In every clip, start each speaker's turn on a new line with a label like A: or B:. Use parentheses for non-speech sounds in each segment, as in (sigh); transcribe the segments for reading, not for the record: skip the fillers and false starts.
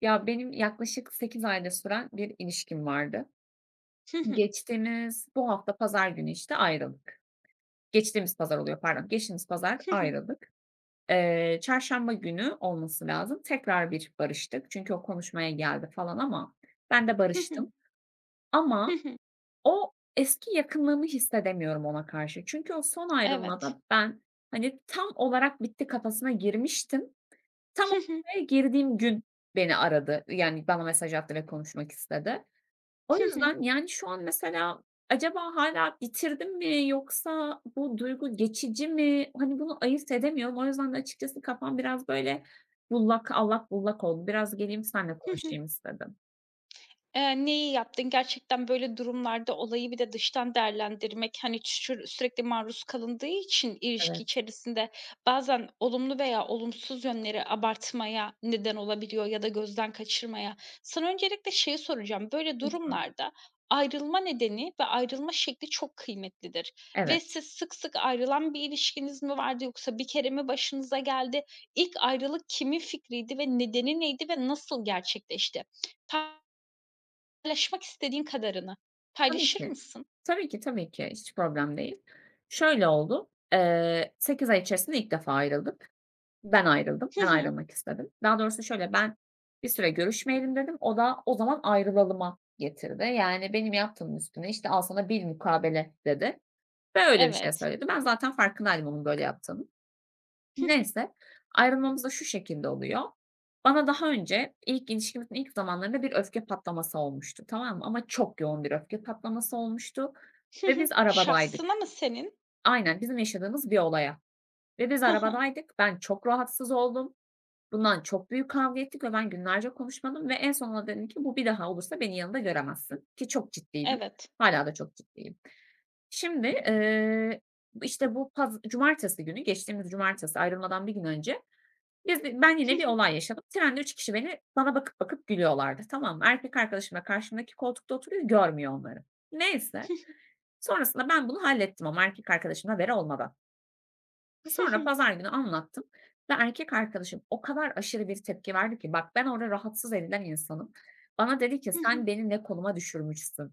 A: Ya, benim yaklaşık 8 ayda süren bir ilişkim vardı.
B: Hı hı.
A: Geçtiğimiz bu hafta pazar günü, işte, ayrıldık. Geçtiğimiz pazar oluyor, pardon. Geçtiğimiz pazar
B: Hı hı.
A: ayrıldık. Çarşamba günü olması lazım. Tekrar bir barıştık. Çünkü o konuşmaya geldi falan ama ben de
B: Hı hı.
A: barıştım.
B: Hı
A: Ama
B: hı.
A: o eski yakınlığımı hissedemiyorum ona karşı. Çünkü o son
B: Evet.
A: ayrılmada ben, hani, tam olarak bitti kafasına girmiştim. Tam
B: Hı hı.
A: oraya girdiğim gün beni aradı. Yani, bana mesaj attı ve konuşmak istedi. O
B: Hı hı.
A: yüzden, yani, şu an mesela acaba hâlâ bitirdim mi yoksa bu duygu geçici mi? Hani, bunu ayırt edemiyorum. O yüzden de açıkçası kafam biraz böyle bullak, allak bullak oldu. Biraz geleyim seninle
B: Hı hı.
A: konuşayım istedim.
B: Neyi yaptın? Gerçekten böyle durumlarda olayı bir de dıştan değerlendirmek, hani, sürekli maruz kalındığı için ilişki
A: Evet,
B: içerisinde bazen olumlu veya olumsuz yönleri abartmaya neden olabiliyor ya da gözden kaçırmaya. Sana öncelikle şeyi soracağım, böyle
A: lütfen.
B: durumlarda ayrılma nedeni ve ayrılma şekli çok kıymetlidir ve
A: Evet,
B: siz sık sık ayrılan bir ilişkiniz mi vardı yoksa bir kere mi başınıza geldi? İlk ayrılık kimin fikriydi ve nedeni neydi ve nasıl gerçekleşti? Pa Paylaşmak istediğin kadarını
A: tabii
B: paylaşır
A: ki.
B: mısın?
A: Tabii ki, tabii ki. Hiç problem değil. Şöyle oldu, 8 ay içerisinde ilk defa ayrıldık. Ben ayrıldım.
B: Hı
A: Ben
B: hı.
A: ayrılmak istedim. Daha doğrusu şöyle, ben bir süre görüşmeyelim dedim. O da o zaman ayrılalıma getirdi. Yani benim yaptığımın üstüne, işte, "Al sana bil mukabele." dedi ve öyle bir şey
B: Evet.
A: söyledi. Ben zaten farkındaydım onun böyle yaptığını.
B: Hı hı.
A: Neyse, ayrılmamız da şu şekilde oluyor. Bana daha önce ilk ilişkimizin ilk zamanlarında bir öfke patlaması olmuştu, tamam mı? Ama çok yoğun bir öfke patlaması olmuştu
B: Hı
A: ve
B: hı.
A: biz
B: Şahsına
A: arabadaydık.
B: mı senin?
A: Aynen, bizim yaşadığımız bir olaya ve biz
B: Hı hı.
A: arabadaydık. Ben çok rahatsız oldum. Bundan çok büyük kavga ettik ve ben günlerce konuşmadım ve en sonunda dedim ki "Bu bir daha olursa beni yanında göremezsin." Ki çok ciddiydim.
B: Evet.
A: Hâlâ da çok ciddiyim. Şimdi, işte, bu cumartesi günü, geçtiğimiz cumartesi ayrılmadan bir gün önce ben
B: Hı
A: yine bir
B: hı.
A: olay yaşadım. Trende 3 kişi bana bakıp bakıp gülüyorlardı, tamam mı? Erkek arkadaşım da karşımdaki koltukta oturuyor, görmüyor onları. Neyse,
B: Hı
A: sonrasında ben bunu hallettim ama erkek arkadaşım haberi olmadan. Sonra
B: hı.
A: pazar günü anlattım ve erkek arkadaşım o kadar aşırı bir tepki verdi ki bak ben orada rahatsız edilen insanım. Bana dedi ki
B: Hı hı.
A: sen beni ne konuma düşürmüşsün.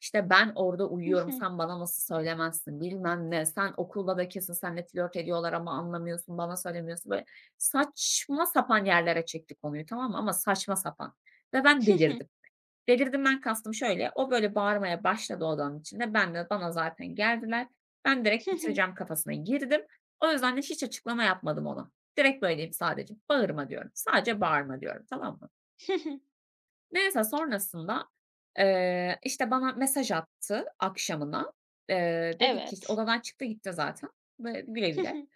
A: İşte ben orada
B: Hı
A: uyuyorum
B: hı.
A: sen bana nasıl söylemezsin bilmem ne. Sen okulda da kesin seninle flört ediyorlar ama anlamıyorsun bana söylemiyorsun. Böyle saçma sapan yerlere çekti konuyu, tamam mı, ama saçma sapan. Ve ben
B: Hı hı.
A: delirdim. Delirdiğimden kastım şöyle, o böyle bağırmaya başladı odanın içinde. Ben de bana zaten geldiler. Ben
B: Hı
A: direkt
B: hı.
A: bitireceğim kafasına girdim. O yüzden de hiç açıklama yapmadım ona. Direkt böyleyim sadece. "Bağırma." diyorum. Sadece "Bağırma." diyorum, tamam mı?
B: Hı hı.
A: Neyse sonrasında, işte, bana mesaj attı akşamına. Dedi ki, işte,
B: Evet.
A: odadan çıktı gitti zaten ve güle
B: Hı
A: güle.
B: hı.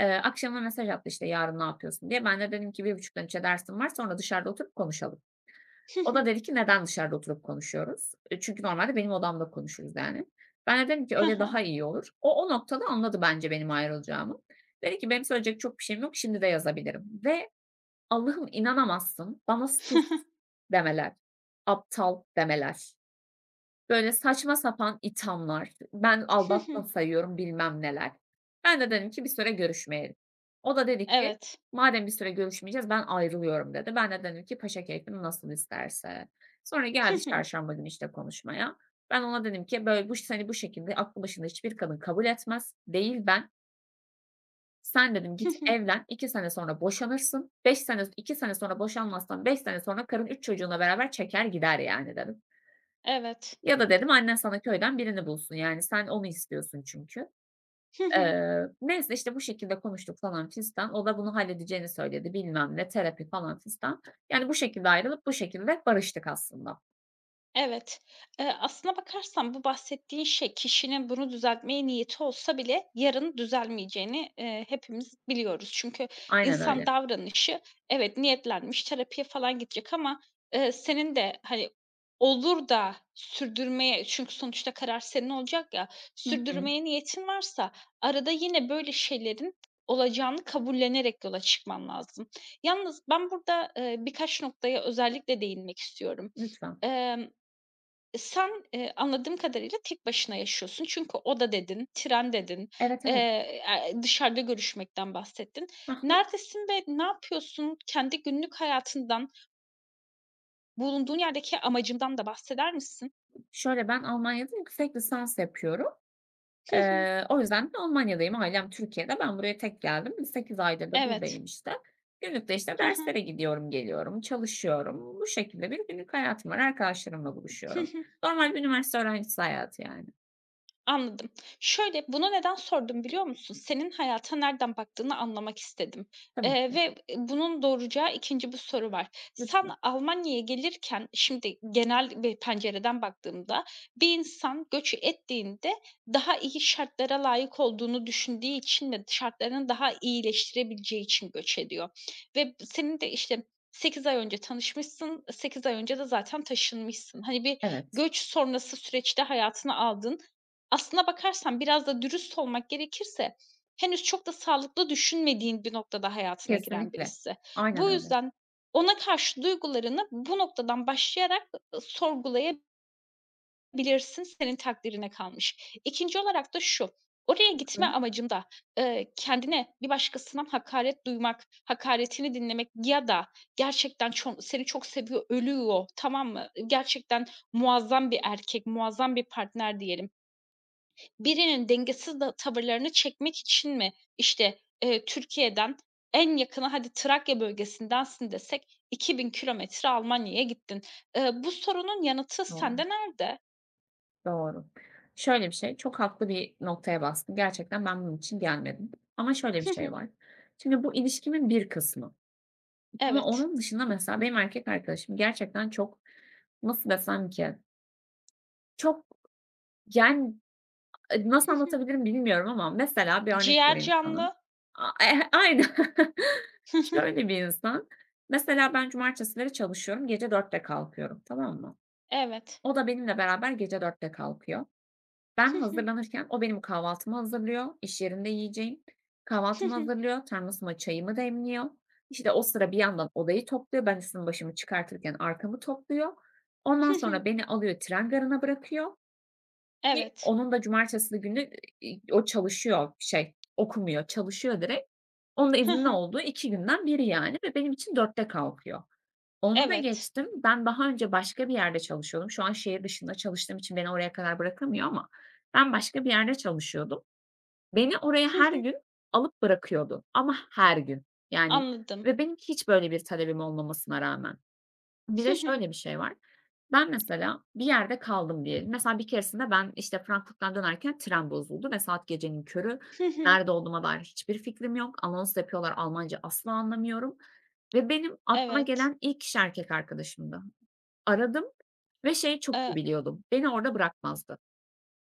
A: Akşamına mesaj attı, işte, "Yarın ne yapıyorsun?" diye. Ben de dedim ki, "1.30'dan 3'e dersim var. Sonra dışarıda oturup konuşalım."
B: Hı
A: O da
B: hı.
A: dedi ki, "Neden dışarıda oturup konuşuyoruz?" E, çünkü normalde benim odamda konuşuruz yani. Ben de dedim ki,
B: Hı
A: "Öyle
B: hı.
A: daha iyi olur." O noktada anladı bence benim ayrılacağımı. Dedi ki, "Benim söyleyecek çok bir şeyim yok, şimdi de yazabilirim." Ve Allah'ım inanamazsın, bana
B: Hı
A: "Sus!"
B: hı.
A: demeler, "Aptal!" demeler. Böyle saçma sapan ithamlar, ben
B: Hı
A: aldatma
B: hı.
A: sayıyorum bilmem neler. Ben de dedim ki bir süre görüşmeyelim. O da dedi ki
B: Evet.
A: madem bir süre görüşmeyeceğiz ben ayrılıyorum dedi. Ben de dedim ki paşa keyfim nasıl isterse. Sonra
B: Hı
A: geldi
B: hı.
A: çarşamba günü işte konuşmaya. Ben ona dedim ki böyle bu seni bu şekilde aklı başında hiçbir kadın kabul etmez. Değil ben. Sen dedim
B: Hı
A: git
B: hı.
A: evlen. 2 sene sonra boşanırsın. 5 sene 2 sene sonra boşanmazsan, 5 sene sonra karın 3 çocuğuna beraber çeker gider yani dedim.
B: Evet.
A: Ya da dedim annen sana köyden birini bulsun. Yani sen onu istiyorsun çünkü.
B: Hı hı.
A: Neyse, işte, bu şekilde konuştuk falan fistan. O da bunu halledeceğini söyledi, bilmem ne, terapi falan fistan. Yani bu şekilde ayrılıp bu şekilde barıştık aslında.
B: Evet. Aslına bakarsan bu bahsettiğin şey kişinin bunu düzeltmeye niyeti olsa bile yarın düzelmeyeceğini, hepimiz biliyoruz. Çünkü
A: Aynen
B: insan
A: öyle.
B: davranışı evet niyetlenmiş, terapiye falan gidecek ama, senin de, hani, olur da sürdürmeye çünkü sonuçta karar senin olacak ya,
A: Hı hı.
B: sürdürmeye niyetin varsa arada yine böyle şeylerin olacağını kabullenerek yola çıkman lazım. Yalnız ben burada, birkaç noktaya özellikle değinmek istiyorum.
A: Lütfen.
B: Sen, anladığım kadarıyla tek başına yaşıyorsun. Çünkü oda dedin, tren dedin,
A: Evet, evet.
B: dışarıda görüşmekten bahsettin.
A: Hı.
B: Neredesin ve ne yapıyorsun? Kendi günlük hayatından, bulunduğun yerdeki amacından da bahseder misin?
A: Şöyle, ben Almanya'da yüksek lisans yapıyorum.
B: Hı hı.
A: O yüzden de Almanya'dayım. Ailem Türkiye'de. Ben buraya tek geldim. 8 aydır da
B: Evet.
A: buradayım işte. Günlük de işte derslere gidiyorum, geliyorum, çalışıyorum. Bu şekilde bir günlük hayatım var. Arkadaşlarımla
B: Hı
A: buluşuyorum.
B: hı.
A: Normal bir üniversite öğrencisi hayatı yani.
B: Anladım. Şöyle, bunu neden sordum biliyor musun? Senin hayata nereden baktığını anlamak istedim,
A: Tabii ki.
B: ve bunun doğuracağı ikinci bir soru var. Sen
A: Lütfen.
B: Almanya'ya gelirken, şimdi genel bir pencereden baktığımda, bir insan göç ettiğinde daha iyi şartlara layık olduğunu düşündüğü için ve şartlarını daha iyileştirebileceği için göç ediyor ve senin de, işte, 8 ay önce tanışmışsın, 8 ay önce de zaten taşınmışsın. Hani, bir
A: Evet.
B: göç sonrası süreçte hayatını aldın. Aslına bakarsan biraz da dürüst olmak gerekirse henüz çok da sağlıklı düşünmediğin bir noktada hayatına giren
A: Kesinlikle.
B: birisi.
A: Aynen
B: Bu
A: öyle.
B: yüzden ona karşı duygularını bu noktadan başlayarak, sorgulayabilirsin, senin takdirine kalmış. 2'nci olarak da şu, oraya gitme
A: Hı.
B: amacında, kendine bir başkasından hakaret duymak, hakaretini dinlemek ya da gerçekten seni çok seviyor, ölüyor, tamam mı? Gerçekten muazzam bir erkek, muazzam bir partner diyelim. Birinin dengesiz da tavırlarını çekmek için mi, işte, Türkiye'den en yakına hadi Trakya bölgesindensin desek 2.000 kilometre Almanya'ya gittin. Bu sorunun yanıtı
A: Doğru.
B: sende nerede?
A: Doğru. Şöyle bir şey, çok haklı bir noktaya bastın. Gerçekten ben bunun için gelmedim. Ama şöyle bir
B: Hı
A: şey
B: hı.
A: var. Şimdi bu ilişkimin bir kısmı. Ama
B: Evet.
A: onun dışında mesela benim erkek arkadaşım gerçekten çok. Nasıl desem ki? Çok, yani,
B: Hı
A: nasıl
B: hı.
A: anlatabilirim bilmiyorum ama mesela bir örnek
B: Ciğer
A: vereyim sana.
B: canlı.
A: A eh aynen. (laughs)
B: Hı hı.
A: Şöyle bir insan, mesela ben cumartesileri çalışıyorum, gece 4'te kalkıyorum, tamam mı?
B: Evet.
A: O da benimle beraber gece 4'te kalkıyor. Ben
B: Hı hı.
A: hazırlanırken o benim kahvaltımı hazırlıyor, iş yerinde yiyeceğim.
B: Hı
A: Kahvaltımı
B: hı.
A: hazırlıyor, termosuma çayımı demliyor. İşte, o sıra bir yandan odayı topluyor, ben üstümü başımı çıkartırken arkamı topluyor. Ondan
B: Hı hı.
A: sonra beni alıyor, tren garına bırakıyor. Ki
B: Evet.
A: onun da cumartesili günü, o çalışıyor, şey, okumuyor, çalışıyor direkt. Onun da
B: Hı
A: izinli
B: hı.
A: olduğu 2 günden biri yani ve benim için 4'te kalkıyor. Onu da
B: Evet.
A: geçtim, ben daha önce başka bir yerde çalışıyordum. Şu an şehir dışında çalıştığım için beni oraya kadar bırakamıyor ama ben başka bir yerde çalışıyordum. Beni oraya
B: Hı
A: her
B: hı.
A: gün alıp bırakıyordu ama her gün yani
B: Anladım.
A: ve benim hiç böyle bir talebim olmamasına rağmen. Bir
B: Hı
A: de
B: hı.
A: şöyle bir şey var. Ben mesela bir yerde kaldım diyelim. Mesela bir keresinde ben, işte, Frankfurt'tan dönerken tren bozuldu ve saat gecenin körü.
B: Hı hı.
A: Nerede olduğuma dair hiçbir fikrim yok. Anons yapıyorlar, Almanca asla anlamıyorum ve benim aklıma
B: Evet.
A: gelen ilk kişi erkek arkadaşımdı. Aradım ve şeyi çok iyi
B: Eee,
A: biliyordum, beni orada bırakmazdı.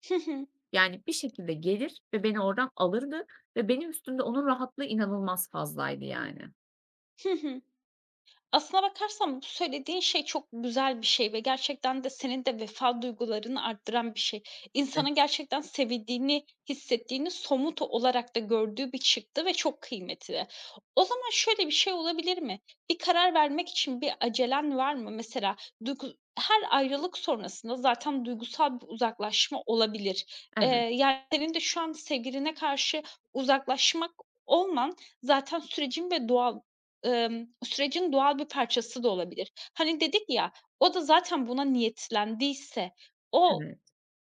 B: hı hı.
A: Yani bir şekilde gelir ve beni oradan alırdı ve benim üstümde onun rahatlığı inanılmaz fazlaydı yani.
B: Hı hı. Aslına bakarsan bu söylediğin şey çok güzel bir şey ve gerçekten de senin de vefa duygularını arttıran bir şey.
A: Evet.
B: İnsanın gerçekten sevildiğini, hissettiğini somut olarak da gördüğü bir çıktı ve çok kıymetli. O zaman şöyle bir şey olabilir mi? Bir karar vermek için bir acelen var mı? Mesela duygu her ayrılık sonrasında zaten duygusal bir uzaklaşma olabilir.
A: Evet,
B: Yani senin de şu an sevgiline karşı uzaklaşmak olman zaten sürecin doğal bir parçası da olabilir. Hani, dedik ya, o da zaten buna niyetlendiyse, o
A: evet.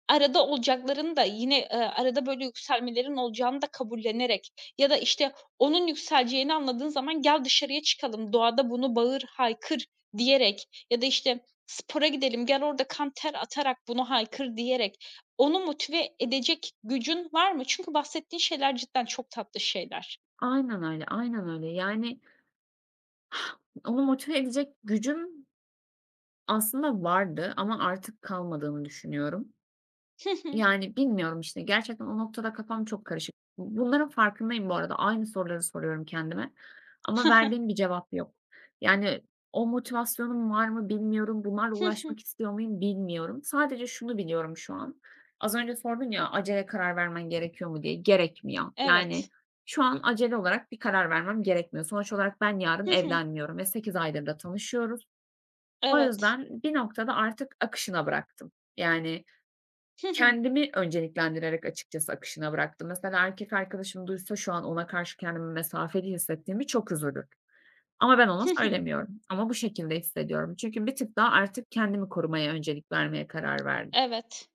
B: arada olacakların da yine, arada böyle yükselmelerin olacağını da kabullenerek ya da, işte, onun yükseleceğini anladığın zaman "Gel dışarıya çıkalım, doğada bunu bağır, haykır." diyerek ya da, işte, "Spora gidelim, gel orada kan ter atarak bunu haykır." diyerek onu motive edecek gücün var mı? Çünkü bahsettiğin şeyler cidden çok tatlı şeyler.
A: Aynen öyle, aynen öyle. Yani, onu motive edecek gücüm aslında vardı ama artık kalmadığını düşünüyorum.
B: Hı hı.
A: Yani, bilmiyorum, işte, gerçekten o noktada kafam çok karışık. Bunların farkındayım bu arada. Aynı soruları soruyorum kendime ama verdiğim bir
B: (laughs)
A: cevap yok. Yani, o motivasyonum var mı bilmiyorum. Bunlarla
B: Hı hı.
A: uğraşmak istiyor muyum bilmiyorum. Sadece şunu biliyorum şu an. Az önce sordun ya, acele karar vermen gerekiyor mu diye. Gerekmiyor. Yani,
B: Evet.
A: şu an acele olarak bir karar vermem gerekmiyor. Sonuç olarak ben yarın
B: Hı hı.
A: evlenmiyorum ve 8 aydır da tanışıyoruz. O
B: Evet.
A: yüzden bir noktada artık akışına bıraktım. Yani,
B: Hı hı.
A: kendimi önceliklendirerek açıkçası akışına bıraktım. Mesela erkek arkadaşım duysa şu an ona karşı kendimi mesafeli hissettiğimi çok üzülür. Ama ben ona
B: Hı hı.
A: söylemiyorum. Ama bu şekilde hissediyorum. Çünkü bir tık daha artık kendimi korumaya öncelik vermeye karar verdim.
B: Evet.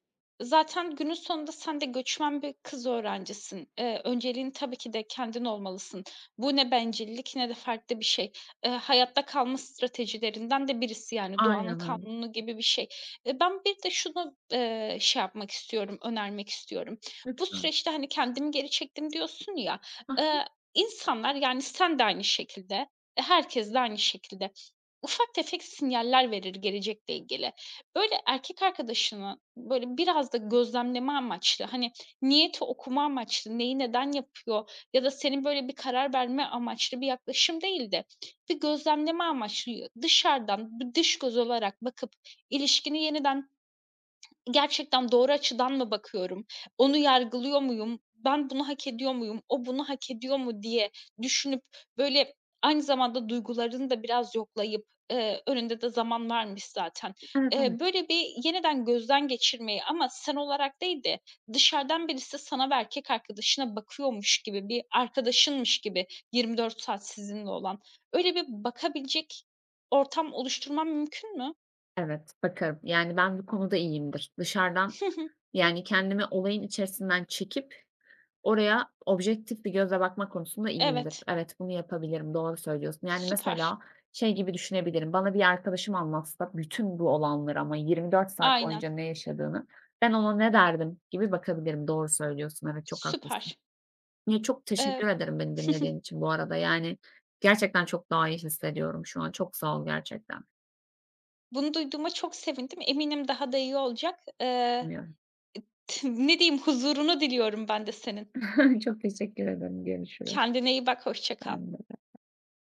B: Zaten günün sonunda sen de göçmen bir kız öğrencisin. Önceliğin tabii ki de kendin olmalısın. Bu ne bencillik ne de farklı bir şey. Hayatta kalma stratejilerinden de birisi yani doğanın
A: Aynen öyle.
B: kanunu gibi bir şey. Ben bir de şunu, şey yapmak istiyorum, önermek istiyorum. Bu
A: Lütfen.
B: süreçte, hani, kendimi geri çektim diyorsun ya,
A: Hah,
B: eee, insanlar yani sen de aynı şekilde, herkes de aynı şekilde ufak tefek sinyaller verir gelecekle ilgili. Böyle, erkek arkadaşını, böyle, biraz da gözlemleme amaçlı, hani, niyeti okuma amaçlı, neyi neden yapıyor ya da senin, böyle, bir karar verme amaçlı bir yaklaşım değil de bir gözlemleme amaçlı, dışarıdan, bir dış göz olarak bakıp ilişkini yeniden. Gerçekten doğru açıdan mı bakıyorum? Onu yargılıyor muyum? Ben bunu hak ediyor muyum? O bunu hak ediyor mu diye düşünüp, böyle, aynı zamanda duygularını da biraz yoklayıp, önünde de zaman varmış zaten.
A: evet, evet.
B: Böyle bir yeniden gözden geçirmeyi ama sen olarak değil de dışarıdan birisi sana ve erkek arkadaşına bakıyormuş gibi, bir arkadaşınmış gibi 24 saat sizinle olan, öyle bir bakabilecek ortam oluşturmam mümkün mü?
A: Evet, bakarım. Yani ben bu konuda iyiyimdir. Dışarıdan
B: (laughs)
A: yani kendimi olayın içerisinden çekip oraya objektif bir gözle bakma konusunda iyiyimdir.
B: Evet,
A: Evet, bunu yapabilirim, doğru söylüyorsun. Yani,
B: süper.
A: mesela şey gibi düşünebilirim, bana bir arkadaşım anlatsa bütün bu olanları ama 24 saat
B: Aynen.
A: boyunca ne yaşadığını, ben ona ne derdim gibi bakabilirim. Doğru söylüyorsun, evet, çok
B: Süper.
A: haklısın. Ya, çok
B: Eee,
A: teşekkür ederim beni
B: (laughs)
A: dinlediğin için bu arada. Yani, gerçekten çok daha iyi hissediyorum şu an. Çok sağ ol gerçekten.
B: Bunu duyduğuma çok sevindim. Eminim daha da iyi olacak.
A: Umuyorum.
B: (laughs) Ne diyeyim, huzurunu diliyorum ben de senin.
A: (laughs) Çok teşekkür ederim. Görüşürüz.
B: Kendine iyi bak, hoşça kal.
A: Sen de.